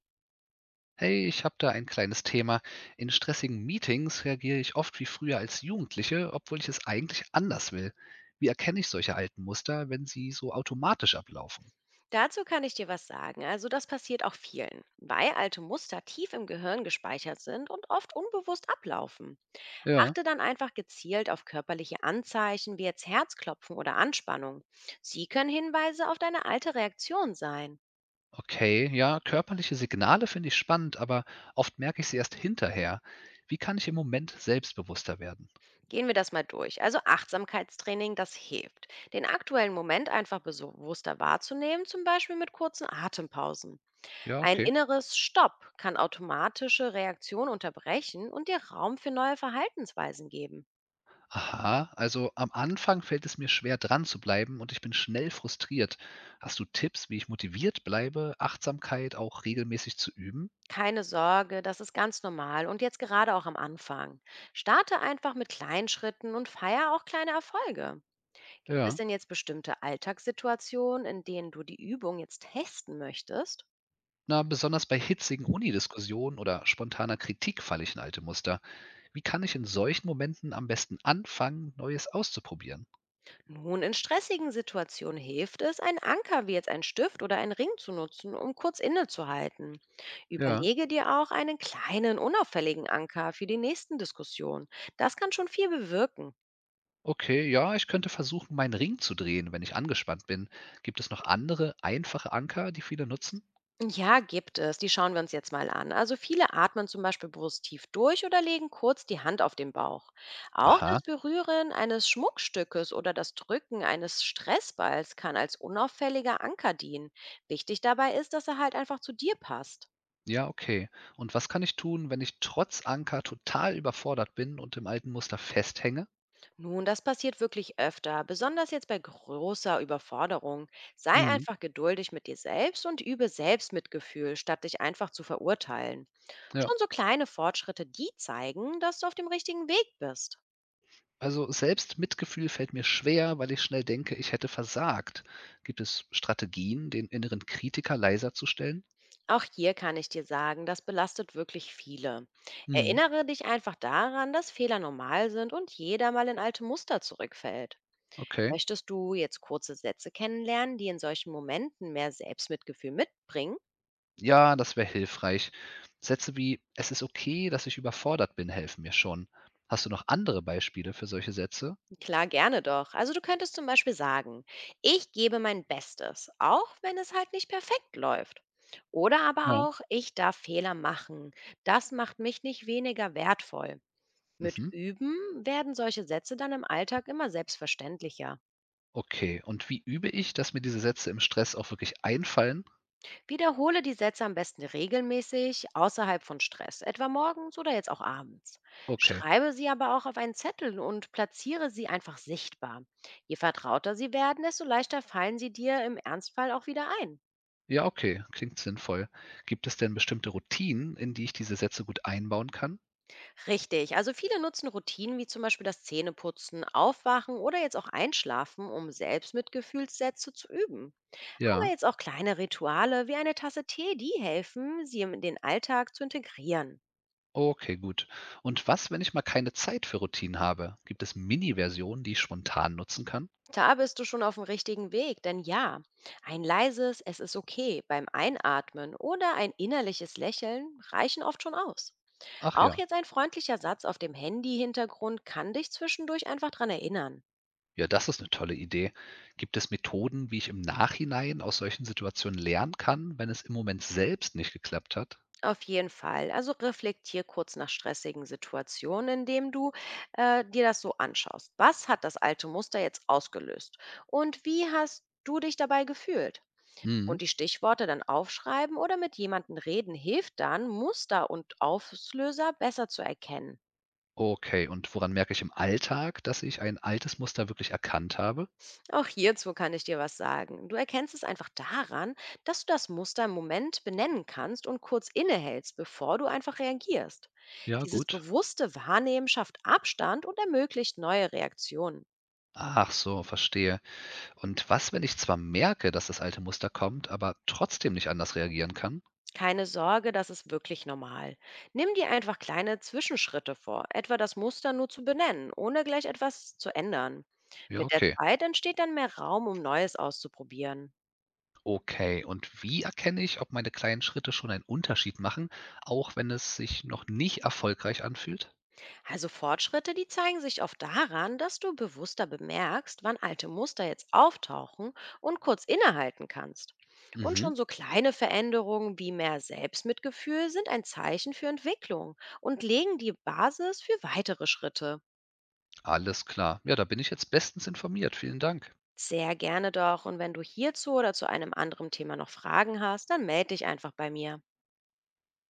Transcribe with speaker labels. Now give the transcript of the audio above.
Speaker 1: Hey, ich habe da ein kleines Thema. In stressigen Meetings reagiere ich oft wie früher als Jugendliche, obwohl ich es eigentlich anders will. Wie erkenne ich solche alten Muster, wenn sie so automatisch ablaufen?
Speaker 2: Dazu kann ich dir was sagen. Also das passiert auch vielen, weil alte Muster tief im Gehirn gespeichert sind und oft unbewusst ablaufen.
Speaker 1: Ja,
Speaker 2: Achte dann einfach gezielt auf körperliche Anzeichen wie jetzt Herzklopfen oder Anspannung. Sie können Hinweise auf deine alte Reaktion sein.
Speaker 1: okay, ja, körperliche Signale finde ich spannend, aber oft merke ich sie erst hinterher. Wie kann ich im Moment selbstbewusster werden?
Speaker 2: Gehen wir das mal durch. Also Achtsamkeitstraining, das hilft, den aktuellen Moment einfach bewusster wahrzunehmen, zum Beispiel mit kurzen Atempausen.
Speaker 1: Ja,
Speaker 2: Ein
Speaker 1: okay.
Speaker 2: inneres Stopp kann automatische Reaktion unterbrechen und dir Raum für neue Verhaltensweisen geben.
Speaker 1: Aha, also am Anfang fällt es mir schwer dran zu bleiben und ich bin schnell frustriert. Hast du Tipps, wie ich motiviert bleibe, Achtsamkeit auch regelmäßig zu üben?
Speaker 2: Keine Sorge, das ist ganz normal und jetzt gerade auch am Anfang. Starte einfach mit kleinen Schritten und feier auch kleine Erfolge. Gibt es
Speaker 1: Ja.
Speaker 2: denn jetzt bestimmte Alltagssituationen, in denen du die Übung jetzt testen möchtest?
Speaker 1: Na, besonders bei hitzigen Unidiskussionen oder spontaner Kritik falle ich in alte Muster. Wie kann ich in solchen Momenten am besten anfangen, Neues auszuprobieren?
Speaker 2: Nun, in stressigen Situationen hilft es, einen Anker wie jetzt ein Stift oder einen Ring zu nutzen, um kurz innezuhalten.
Speaker 1: Ja.
Speaker 2: Überlege dir auch einen kleinen, unauffälligen Anker für die nächsten Diskussionen. Das kann schon viel bewirken.
Speaker 1: Okay, ja, ich könnte versuchen, meinen Ring zu drehen, wenn ich angespannt bin. Gibt es noch andere einfache Anker, die viele nutzen?
Speaker 2: Ja, gibt es. Die schauen wir uns jetzt mal an. Also viele atmen zum Beispiel bewusst tief durch oder legen kurz die Hand auf den Bauch. Auch das
Speaker 1: Aha.
Speaker 2: Berühren eines Schmuckstückes oder das Drücken eines Stressballs kann als unauffälliger Anker dienen. Wichtig dabei ist, dass er halt einfach zu dir passt.
Speaker 1: Ja, okay. Und was kann ich tun, wenn ich trotz Anker total überfordert bin und im alten Muster festhänge?
Speaker 2: Nun, das passiert wirklich öfter, besonders jetzt bei großer Überforderung. Sei
Speaker 1: Mhm.
Speaker 2: einfach geduldig mit dir selbst und übe Selbstmitgefühl, statt dich einfach zu verurteilen.
Speaker 1: Ja.
Speaker 2: Schon so kleine Fortschritte, die zeigen, dass du auf dem richtigen Weg bist.
Speaker 1: Also selbst Mitgefühl fällt mir schwer, weil ich schnell denke, ich hätte versagt. Gibt es Strategien, den inneren Kritiker leiser zu stellen?
Speaker 2: Auch hier kann ich dir sagen, das belastet wirklich viele.
Speaker 1: Hm,
Speaker 2: Erinnere dich einfach daran, dass Fehler normal sind und jeder mal in alte Muster zurückfällt.
Speaker 1: okay.
Speaker 2: Möchtest du jetzt kurze Sätze kennenlernen, die in solchen Momenten mehr Selbstmitgefühl mitbringen?
Speaker 1: Ja, das wäre hilfreich. Sätze wie, es ist okay, dass ich überfordert bin, helfen mir schon. Hast du noch andere Beispiele für solche Sätze?
Speaker 2: Klar, gerne doch. Also du könntest zum Beispiel sagen, ich gebe mein Bestes, auch wenn es halt nicht perfekt läuft. Oder aber
Speaker 1: Ja.
Speaker 2: auch, ich darf Fehler machen. Das macht mich nicht weniger wertvoll. Mit
Speaker 1: Mhm.
Speaker 2: Üben werden solche Sätze dann im Alltag immer selbstverständlicher.
Speaker 1: Okay. Und wie übe ich, dass mir diese Sätze im Stress auch wirklich einfallen?
Speaker 2: Wiederhole die Sätze am besten regelmäßig außerhalb von Stress, etwa morgens oder jetzt auch abends.
Speaker 1: Okay.
Speaker 2: Schreibe sie aber auch auf einen Zettel und platziere sie einfach sichtbar. Je vertrauter sie werden, desto leichter fallen sie dir im Ernstfall auch wieder ein.
Speaker 1: Ja, okay. Klingt sinnvoll. Gibt es denn bestimmte Routinen, in die ich diese Sätze gut einbauen kann?
Speaker 2: Richtig, also viele nutzen Routinen wie zum Beispiel das Zähneputzen, Aufwachen oder jetzt auch Einschlafen, um selbst Mitgefühlssätze zu üben. Aber
Speaker 1: Ja.
Speaker 2: jetzt auch kleine Rituale wie eine Tasse Tee, die helfen, sie in den Alltag zu integrieren.
Speaker 1: Okay, gut. Und was, wenn ich mal keine Zeit für Routinen habe? Gibt es Mini-Versionen, die ich spontan nutzen kann?
Speaker 2: Da bist du schon auf dem richtigen Weg, denn ja, ein leises Es ist okay beim Einatmen oder ein innerliches Lächeln reichen oft schon aus.
Speaker 1: Ach
Speaker 2: Auch
Speaker 1: ja,
Speaker 2: jetzt ein freundlicher Satz auf dem Handy-Hintergrund kann dich zwischendurch einfach dran erinnern.
Speaker 1: ja, das ist eine tolle Idee. Gibt es Methoden, wie ich im Nachhinein aus solchen Situationen lernen kann, wenn es im Moment selbst nicht geklappt hat?
Speaker 2: Auf jeden Fall. Also reflektier kurz nach stressigen Situationen, indem du dir das so anschaust. Was hat das alte Muster jetzt ausgelöst? Und wie hast du dich dabei gefühlt?
Speaker 1: Mhm.
Speaker 2: Und die Stichworte dann aufschreiben oder mit jemandem reden hilft dann, Muster und Auslöser besser zu erkennen.
Speaker 1: Okay, und woran merke ich im Alltag, dass ich ein altes Muster wirklich erkannt habe?
Speaker 2: Auch hierzu kann ich dir was sagen. Du erkennst es einfach daran, dass du das Muster im Moment benennen kannst und kurz innehältst, bevor du einfach reagierst.
Speaker 1: Ja,
Speaker 2: Dieses
Speaker 1: gut.
Speaker 2: bewusste Wahrnehmen schafft Abstand und ermöglicht neue Reaktionen.
Speaker 1: Ach so, verstehe. Und was, wenn ich zwar merke, dass das alte Muster kommt, aber trotzdem nicht anders reagieren kann?
Speaker 2: Keine Sorge, das ist wirklich normal. Nimm dir einfach kleine Zwischenschritte vor, etwa das Muster nur zu benennen, ohne gleich etwas zu ändern.
Speaker 1: Ja,
Speaker 2: Mit der
Speaker 1: okay.
Speaker 2: Zeit entsteht dann mehr Raum, um Neues auszuprobieren.
Speaker 1: Okay, und wie erkenne ich, ob meine kleinen Schritte schon einen Unterschied machen, auch wenn es sich noch nicht erfolgreich anfühlt?
Speaker 2: Also Fortschritte, die zeigen sich oft daran, dass du bewusster bemerkst, wann alte Muster jetzt auftauchen und kurz innehalten kannst. Und
Speaker 1: Mhm,
Speaker 2: schon so kleine Veränderungen wie mehr Selbstmitgefühl sind ein Zeichen für Entwicklung und legen die Basis für weitere Schritte.
Speaker 1: alles klar. Ja, da bin ich jetzt bestens informiert. Vielen Dank.
Speaker 2: Sehr gerne doch. Und wenn du hierzu oder zu einem anderen Thema noch Fragen hast, dann melde dich einfach bei mir.